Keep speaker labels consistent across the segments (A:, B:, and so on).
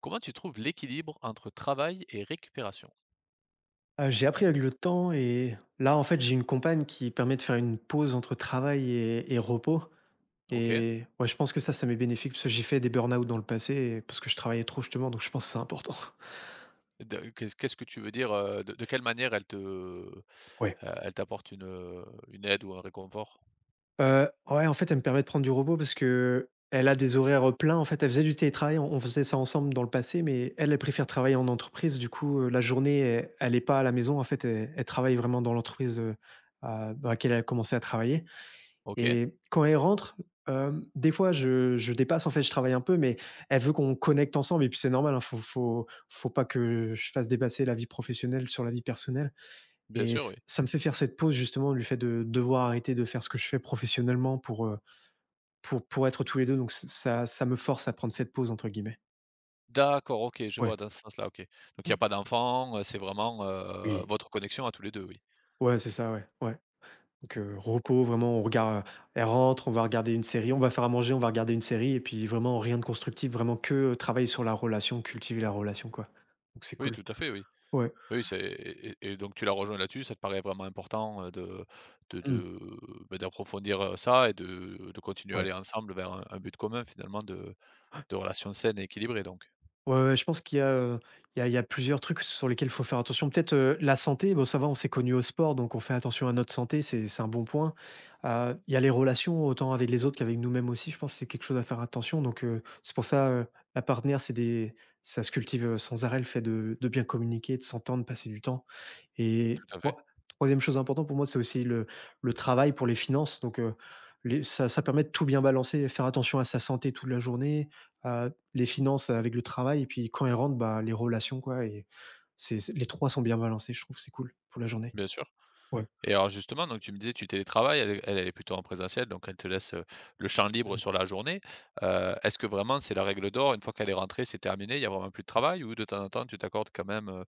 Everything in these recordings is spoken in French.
A: Comment tu trouves l'équilibre entre travail et récupération?
B: J'ai appris avec le temps et là, en fait, j'ai une compagne qui permet de faire une pause entre travail et repos
A: OK.
B: et ouais, je pense que ça m'est bénéfique parce que j'ai fait des burn-out dans le passé et parce que je travaillais trop justement, donc je pense que c'est important.
A: De qu'est-ce qu'est-ce que tu veux dire, de quelle manière elle te,
B: Ouais.
A: elle t'apporte une aide ou un réconfort?
B: Ouais, en fait, elle me permet de prendre du repos parce que elle a des horaires, pleins. En fait, elle faisait du télétravail, on faisait ça ensemble dans le passé, mais elle, elle préfère travailler en entreprise. Du coup, la journée, elle est pas à la maison. En fait, elle travaille vraiment dans l'entreprise, à dans laquelle elle a commencé à travailler.
A: OK,
B: Et quand elle rentre, des fois je dépasse, en fait, je travaille un peu, mais elle veut qu'on connecte ensemble et puis c'est normal, hein, faut pas que je fasse dépasser la vie professionnelle sur la vie personnelle
A: bien
B: et
A: sûr, oui.
B: ç ça me fait faire cette pause justement, du fait de devoir arrêter de faire ce que je fais professionnellement pour, pour être tous les 2. Donc ç ça ça me force à prendre cette «pause» entre guillemets.
A: D'accord, OK, je vois
B: Ouais.
A: dans ce sens-là, OK. Donc il y a pas d'enfant, c'est vraiment,
B: Oui.
A: votre connexion à tous les 2, oui.
B: Ouais, c'est ça, ouais, ouais. Donc, repos vraiment on regarde, elle rentre, on va regarder une série, on va faire à manger, on va regarder une série et puis vraiment rien de constructif, vraiment que, travailler sur la relation, cultiver la relation, quoi. Donc c'est
A: Oui,
B: cool.
A: tout à fait, oui.
B: Ouais.
A: Oui, c'est et donc tu la rejoins là-dessus, ça te paraît vraiment important, de de
B: Mmh.
A: de, bah, d'approfondir, ça et de continuer à aller
B: Ouais.
A: ensemble vers un but commun finalement de relations saines et équilibrées donc.
B: Ouais, ouais, je pense qu'il y a, il y a plusieurs trucs sur lesquels il faut faire attention. Peut-être, la santé, bon ça va, on s'est connus au sport, donc on fait attention à notre santé, c'est un bon point. Il y a les relations, autant avec les autres qu'avec nous-mêmes aussi, je pense que c'est quelque chose à faire attention, donc c'est pour ça, la partenaire, c'est des ça se cultive, sans arrêt, le fait de bien communiquer, de s'entendre, passer du temps. Et
A: Tout à fait.
B: troi 3 chose importante pour moi, c'est aussi le travail pour les finances donc les ça permet de tout bien balancer, faire attention à sa santé toute la journée, à les finances avec le travail et puis quand elle rentre, bah, les relations quoi et c'est les 3 sont bien balancés, je trouve, c'est cool pour la journée.
A: Bien sûr.
B: Ouais.
A: Et alors justement, donc tu me disais, tu télétravailles, elle, elle, elle est plutôt en présentiel, donc elle te laisse le champ libre
B: Mmh.
A: sur la journée. Est-ce que vraiment c'est la règle d'or, une fois qu'elle est rentrée, c'est terminé, il n'y a vraiment plus de travail, ou de temps en temps, tu t'accordes quand même, euh,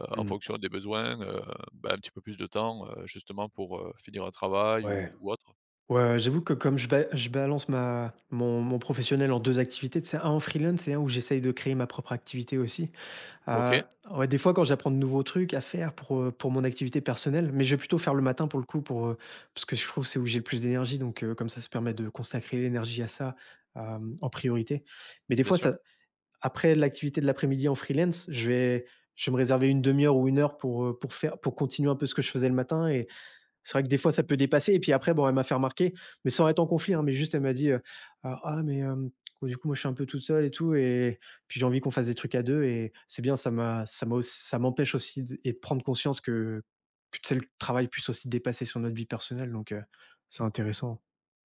A: euh, en
B: Mmh.
A: fonction des besoins, bah, un petit peu plus de temps, justement, pour finir un travail
B: Ouais.
A: ou autre?
B: Ouais, j'avoue que comme je balance ma mon mon professionnel en 2 activités, c'est un en freelance et un où j'essaye de créer ma propre activité aussi.
A: OK,
B: Heu, ouais, des fois, quand j'apprends de nouveaux trucs à faire pour mon activité personnelle, mais je vais plutôt faire le matin pour le coup pour, parce que je trouve que c'est où j'ai le plus d'énergie donc comme ça permet de consacrer l'énergie à ça, en priorité. Mais des
A: bien
B: fois
A: sûr.
B: ça après l'activité de l'après-midi en freelance, je vais me réserver une demi heure ou une heure pour faire pour continuer un peu ce que je faisais le matin et c'est vrai que des fois, ça peut dépasser. Et puis après, bon, elle m'a fait remarquer, mais sans être en conflit, hein, mais juste, elle m'a dit, «Ah ah, mais, bon, du coup, moi, je suis un peu toute seule et tout et puis j'ai envie qu'on fasse des trucs à 2 et c'est bien, ça m'empêche aussi d et de prendre conscience que tu sais, le travail puisse aussi dépasser sur notre vie personnelle», donc c'est intéressant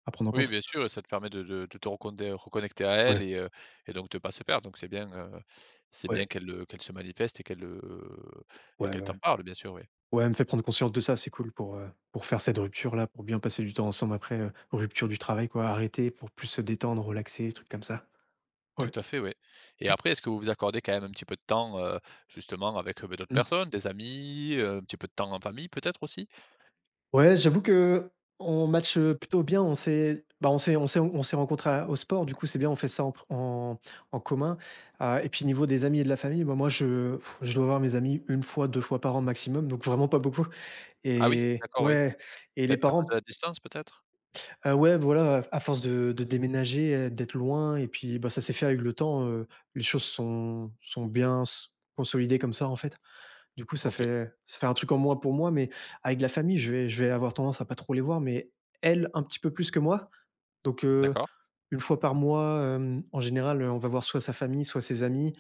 B: à prendre en
A: Oui,
B: compte.
A: bien sûr, et ça te permet de, de te reconnecter, reconnecter à elle
B: Ouais,
A: et donc de ne pas se perdre. Donc c'est bien
B: ouais,
A: qu'elle qu'elle se manifeste et
B: ouais,
A: qu'elle
B: ouais.
A: t'en parle, bien sûr, oui.
B: Ouais, elle me fait prendre conscience de ça, c'est cool pour faire cette rupture-là, pour bien passer du temps ensemble après, rupture du travail, quoi, arrêter pour plus se détendre, relaxer, trucs comme ça.
A: Tout
B: Ouais.
A: à fait, oui. Et après, est-ce que vous vous accordez quand même un petit peu de temps, justement avec, bah, d'autres
B: Mmh.
A: personnes, des amis, un petit peu de temps en famille peut-être aussi?
B: Ouais, j'avoue qu'on match, plutôt bien. On s'est on s'est rencontrés à au sport, du coup, c'est bien, on fait ça en en commun, et puis niveau des amis et de la famille, bah, moi, je pff, je dois voir mes amis une fois, 2 fois par an maximum, donc vraiment pas beaucoup
A: Ah oui?
B: et
A: D'accord, oui.
B: ouais et les
A: C'est à cause de
B: parents,
A: la distance peut-être?
B: ouais, voilà, à force de déménager, d'être loin et puis, bah, ça s'est fait avec le temps, les choses sont bien s consolidées comme ça, en fait. Du coup, ça
A: OK,
B: fait ça fait un truc en moins pour moi, mais avec la famille, je vais avoir tendance à pas trop les voir, mais elle, un petit peu plus que moi. Donc,
A: d'accord.
B: 1 fois par mois, en général, on va voir soit sa famille, soit ses amis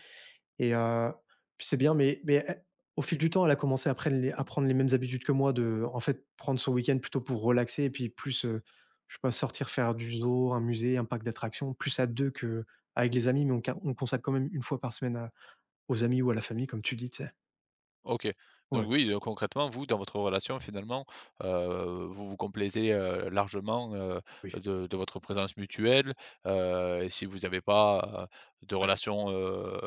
B: et puis c'est bien, mais elle au fil du temps, elle a commencé à prendre les mêmes habitudes que moi de, en fait, prendre son week-end plutôt pour relaxer et puis plus, je sais pas, sortir faire du zoo, un musée, un parc d'attractions, plus à deux que avec les amis, mais on consacre quand même une fois par semaine à aux amis ou à la famille, comme tu dis, tu sais?
A: OK. Donc
B: Ouais,
A: oui, concrètement, vous, dans votre relation, finalement, vous vous complaisez, largement,
B: oui,
A: de votre présence mutuelle, et si vous n'avez pas, de
B: ouais. Mmh.
A: relation,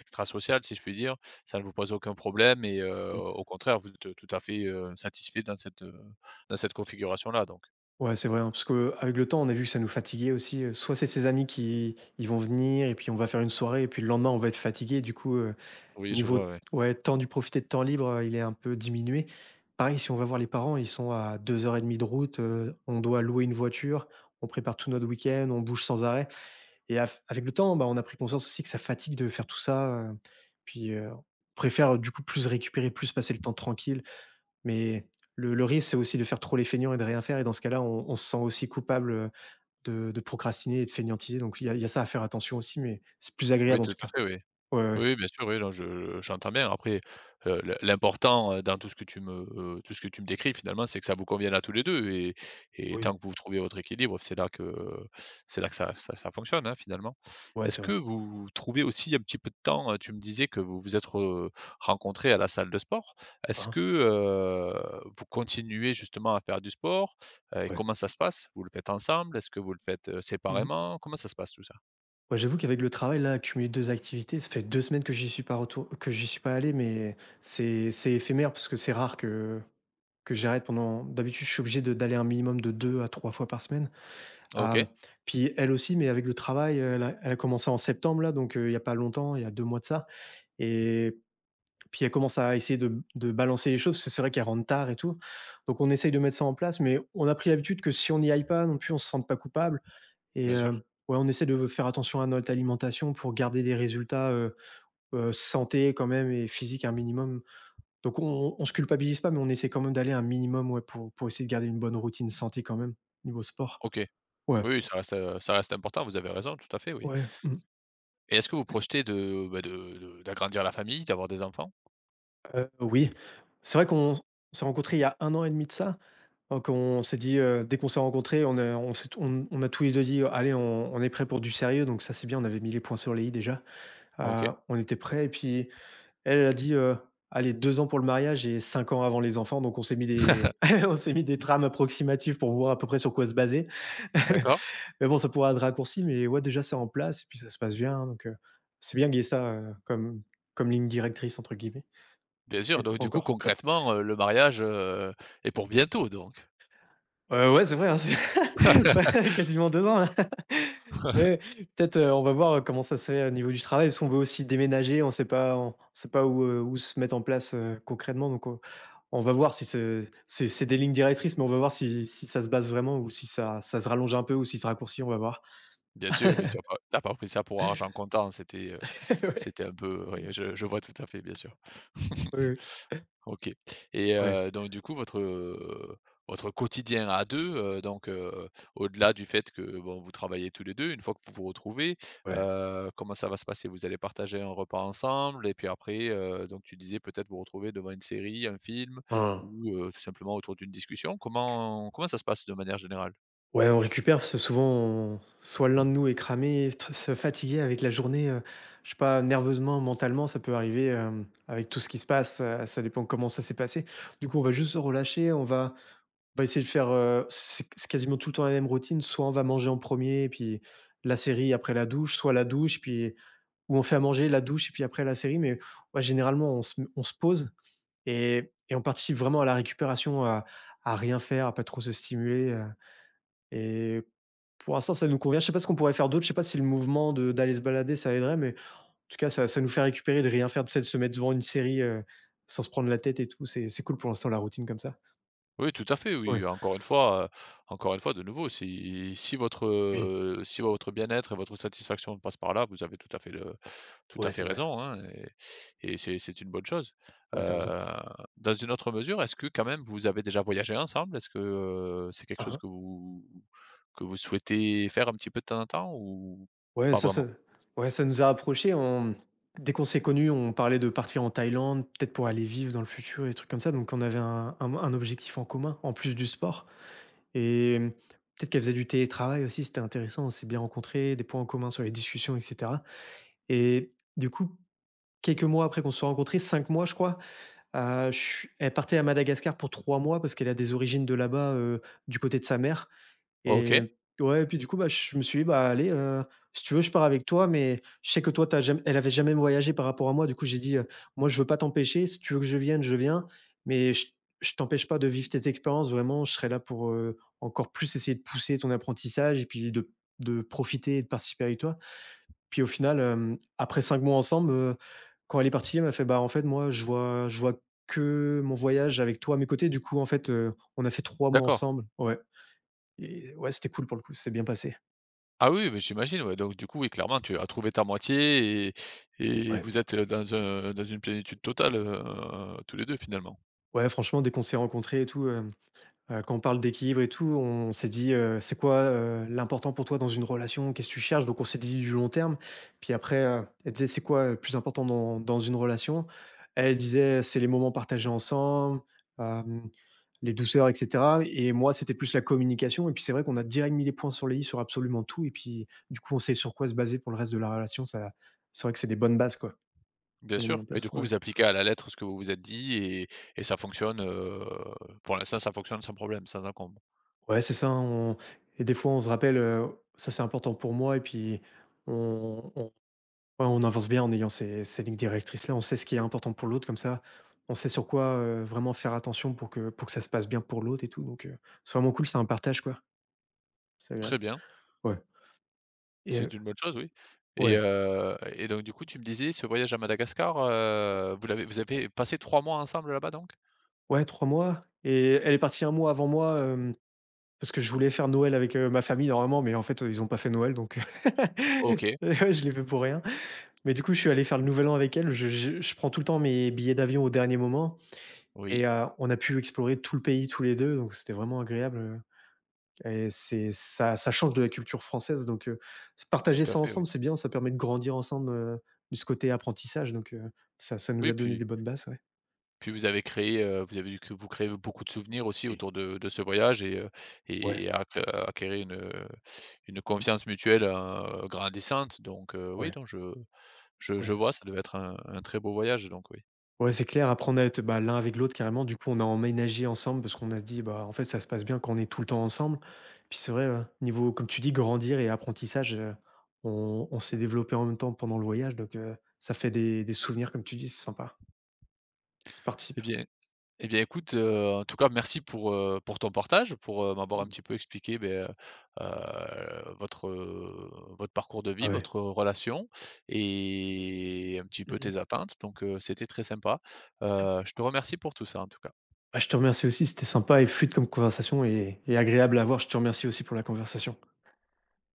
A: extrasociale, si je puis dire, ça ne vous pose aucun problème et au contraire, vous êtes tout à fait, satisfait dans cette configuration-là donc?
B: Ouais, c'est vrai, hein, parce que avec le temps, on a vu que ça nous fatiguait aussi. Soit c'est ses amis qui ils vont venir, et puis on va faire une soirée, et puis le lendemain, on va être fatigué. Du coup,
A: Oui, je
B: niveau
A: vois, ouais.
B: ouais, temps du profiter de temps libre, il est un peu diminué. Pareil, si on va voir les parents, ils sont à deux heures et demie de route, on doit louer une voiture, on prépare tout notre week-end, on bouge sans arrêt. Et avec le temps, bah, on a pris conscience aussi que ça fatigue de faire tout ça. Puis on préfère du coup plus récupérer, plus passer le temps tranquille. Mais le risque, c'est aussi de faire trop les feignants et de rien faire et dans ce cas-là, on se sent aussi coupable, de procrastiner et de feignantiser donc il y a ça à faire attention aussi, mais c'est plus
A: Oui,
B: agréable en
A: tout
B: tout
A: à
B: cas.
A: fait, oui.
B: Ouais, ouais, ouais.
A: Oui, bien sûr, oui, non, je j'entends bien. Après, l'important, dans tout ce que tu me tout ce que tu me décris finalement, c'est que ça vous convienne à tous les 2 et
B: Oui,
A: tant que vous trouvez votre équilibre, c'est là que ça fonctionne, hein, finalement.
B: ouais,
A: Est-ce
B: c'est
A: que
B: vrai.
A: vous trouvez aussi un petit peu de temps, tu me disais que vous vous êtes re rencontrés à la salle de sport. Est-ce
B: Hein,
A: que, vous continuez justement à faire du sport? Et
B: ouais.
A: comment ça se passe? Vous le faites ensemble? Est-ce que vous le faites,
B: Mmh.
A: séparément? Comment ça se passe tout ça?
B: Ouais, j'avoue qu'avec le travail là, cumuler 2 activités, ça fait 2 semaines que j'y suis pas allé, mais c'est éphémère parce que c'est rare que j'arrête pendant d'habitude, je suis obligé de d'aller un minimum de 2 à 3 fois par semaine. Hem,
A: OK,
B: puis elle aussi, mais avec le travail, elle a commencé en septembre là, donc il y a pas longtemps, il y a 2 mois de ça. Et puis, elle commence à essayer de balancer les choses, parce que c'est vrai qu'elle rentre tard et tout. Donc on essaye de mettre ça en place, mais on a pris l'habitude que si on n'y aille pas non plus, on se sente pas coupable et
A: bien sûr.
B: ouais, on essaie de faire attention à notre alimentation pour garder des résultats, santé quand même et physique un minimum. Donc on se culpabilise pas, mais on essaie quand même d'aller un minimum, ouais, pour essayer de garder une bonne routine santé quand même, niveau sport.
A: OK.
B: Ouais,
A: Oui, oui, ça reste important, vous avez raison, tout à fait, oui.
B: ouais, mmh.
A: Et est-ce que vous projetez de, bah, de d'agrandir la famille, d'avoir des enfants?
B: Oui, c'est vrai qu'on s'est rencontrés il y a un an et demi de ça. Donc on s'est dit, dès qu'on s'est rencontrés, on a on s'est on a tous les 2 dit: «Allez, on est prêt pour du sérieux», donc ça, c'est bien, on avait mis les points sur les i déjà.
A: OK.
B: On était prêts et puis elle, elle a dit, «Allez, 2 ans pour le mariage et 5 ans avant les enfants», donc on s'est mis des on s'est mis des trames approximatives pour voir à peu près sur quoi se baser.
A: D'accord.
B: Mais bon, ça pourrait être raccourci, mais ouais, déjà, c'est en place et puis ça se passe bien, donc c'est bien qu'il y ait ça, comme comme ligne directrice entre guillemets,
A: Bien sûr,
B: mais
A: donc du coup,
B: encore.
A: concrètement, le mariage, est pour bientôt donc?
B: Ouais, c'est vrai, hein, c'est ça fait quasiment 2 ans, là. Mais peut-être, on va voir, comment ça se fait au niveau du travail. Parce qu'on veut aussi déménager, on sait pas où, où se mettre en place, concrètement. Donc on va voir si c'est des lignes directrices, mais on va voir si ça se base vraiment ou si ça se rallonge un peu ou si ça raccourcit, on va voir.
A: Bien sûr, oui, tu as pas pris ça pour argent comptant, c'était,
B: Ouais.
A: c'était un peu oui, je vois tout à fait, bien sûr.
B: Oui, oui.
A: OK et
B: Ouais,
A: donc du coup votre, votre quotidien à 2 donc au-delà du fait que, bon, vous travaillez tous les 2 une fois que vous vous retrouvez,
B: ouais.
A: comment ça va se passer? Vous allez partager un repas ensemble et puis après, donc tu disais peut-être vous retrouver devant une série, un film
B: Mmh.
A: ou tout simplement autour d'une discussion. Comment ça se passe de manière générale?
B: Ouais, on récupère parce que souvent, on soit l'un de nous est cramé, stre se fatiguer avec la journée, je sais pas, nerveusement, mentalement, ça peut arriver, avec tout ce qui se passe, ça dépend comment ça s'est passé. Du coup, on va juste se relâcher, on va essayer de faire, c'est quasiment tout le temps la même routine, soit on va manger en premier et puis la série après la douche, soit la douche puis où on fait à manger, la douche et puis après la série, mais ouais, généralement, on se pose et on participe vraiment à la récupération, à rien faire, à pas trop se stimuler, et pour l'instant, ça nous convient. Je sais pas ce qu'on pourrait faire d'autre. Je sais pas si le mouvement de d'aller se balader, ça aiderait, mais en tout cas, ça nous fait récupérer de rien faire, tu sais, de se mettre devant une série, sans se prendre la tête et tout. C'est cool pour l'instant la routine comme ça.
A: Oui, tout à fait, oui,
B: Ouais,
A: encore une fois, de nouveau, si votre,
B: oui,
A: si votre bien-être et votre satisfaction passe par là, vous avez tout à fait le tout à
B: ouais,
A: fait
B: c'est vrai.
A: raison, hein et c'est une bonne chose.
B: Ouais, t'as
A: Heu,
B: raison.
A: Dans une autre mesure, est-ce que quand même vous avez déjà voyagé ensemble? Est-ce que, c'est quelque
B: Hein,
A: chose
B: hein.
A: que vous souhaitez faire un petit peu de temps en temps ou
B: Ouais,
A: pas
B: ça
A: vraiment?
B: ça ouais, ça nous a rapprochés. On Dès qu'on s'est connus, on parlait de partir en Thaïlande, peut-être pour aller vivre dans le futur et des trucs comme ça. Donc on avait un objectif en commun, en plus du sport et peut-être qu'elle faisait du télétravail aussi, c'était intéressant. On s'est bien rencontrés, des points en commun sur les discussions etc. Et du coup, quelques mois après qu'on se soit rencontrés, 5 mois, je crois, je suis elle partait à Madagascar pour 3 mois parce qu'elle a des origines de là-bas, du côté de sa mère et
A: OK,
B: ouais et puis du coup, bah, je me suis dit: «Bah, allez, si tu veux, je pars avec toi, mais je sais que toi, t'as as elle avait jamais voyagé par rapport à moi. Du coup, j'ai dit, «Moi, je veux pas t'empêcher. Si tu veux que je vienne, je viens, mais je t'empêche pas de vivre tes expériences. Vraiment, je serai là pour, encore plus essayer de pousser ton apprentissage et puis de profiter et de participer avec toi». Puis au final, après 5 mois ensemble, quand elle est partie, elle m'a fait: «Bah, en fait, moi, je vois que mon voyage avec toi à mes côtés». Du coup, en fait, on a fait 3 mois
A: d'accord.
B: ensemble. Ouais et ouais, c'était cool pour le coup, c'est bien passé.
A: Ah oui, mais j'imagine, ouais, donc du coup, oui, clairement, tu as trouvé ta moitié et
B: Ouais.
A: vous êtes, dans un dans une plénitude totale, tous les 2 finalement.
B: Ouais, franchement, dès qu'on s'est rencontrés et tout, hem quand on parle d'équilibre et tout, on s'est dit, «C'est quoi, l'important pour toi dans une relation? Qu'est-ce que tu cherches?» Donc on s'est dit du long terme. Puis après, elle disait: «C'est quoi, le plus important dans une relation?» Elle disait: «C'est les moments partagés ensemble, hem, les douceurs et cetera» et moi, c'était plus la communication et puis c'est vrai qu'on a direct mis les points sur les i sur absolument tout et puis du coup, on sait sur quoi se baser pour le reste de la relation. Ça c'est vrai que c'est des bonnes bases, quoi,
A: Bien
B: qu'on a mis
A: sûr
B: en
A: et du
B: place.
A: coup,
B: Ouais.
A: vous appliquez à la lettre ce que vous vous êtes dit et ça fonctionne, pour l'instant, ça fonctionne sans problème, sans encombre.
B: Ouais, c'est ça, hein, on et des fois, on se rappelle, ça, c'est important pour moi et puis on ouais, on avance bien en ayant ces lignes directrices-là. On sait ce qui est important pour l'autre comme ça, on sait sur quoi, vraiment faire attention pour que ça se passe bien pour l'autre et tout donc c'est vraiment cool, c'est un partage, quoi. C'est
A: Très
B: agréable.
A: bien,
B: Ouais et
A: c'est une bonne chose, oui
B: ouais,
A: et donc du coup, tu me disais ce voyage à Madagascar, vous avez passé 3 mois ensemble là-bas donc?
B: ouais, 3 mois et elle est partie un mois avant moi, parce que je voulais faire Noël avec, ma famille normalement mais en fait, ils ont pas fait Noël donc
A: OK,
B: ouais, je l'ai fait pour rien. Mais du coup, je suis allé faire le nouvel an avec elle. Je prends tout le temps mes billets d'avion au dernier moment
A: oui,
B: et on a pu explorer tout le pays tous les 2. Donc c'était vraiment agréable, et c'est ça change de la culture française, donc s
A: tout
B: partager
A: à
B: ça
A: fait, oui.
B: ensemble, c'est bien, ça permet de grandir ensemble, de ce côté apprentissage, donc ça nous
A: Oui,
B: a donné
A: puis
B: des bonnes bases, ouais.
A: puis vous avez créé, vous avez dû que vous créez beaucoup de souvenirs aussi
B: Oui,
A: autour de ce voyage
B: ouais,
A: et acquérir une
B: mmh,
A: confiance mutuelle, grandissante donc oui,
B: ouais,
A: donc je je
B: ouais.
A: vois, ça devait être un très beau voyage donc oui.
B: Ouais, c'est clair, apprendre à être, bah, l'un avec l'autre carrément. Du coup, on a emménagé ensemble parce qu'on a se dit, bah, en fait, ça se passe bien quand on est tout le temps ensemble. Puis c'est vrai, niveau, comme tu dis, grandir et apprentissage, on s'est développé en même temps pendant le voyage. Donc, ça fait des souvenirs, comme tu dis, c'est sympa. Ça
A: Eh
B: participe.
A: bien eh bien écoute, en tout cas merci pour ton partage, pour, m'avoir un
B: Mm.
A: petit peu expliqué, beh, votre, votre parcours de
B: Ah
A: vie,
B: ouais.
A: votre relation et un petit peu
B: Mhm.
A: tes attentes donc c'était très sympa. Je te remercie pour tout ça en tout cas.
B: Bah, je te remercie aussi, c'était sympa et fluide comme conversation et agréable à voir. Je te remercie aussi pour la conversation.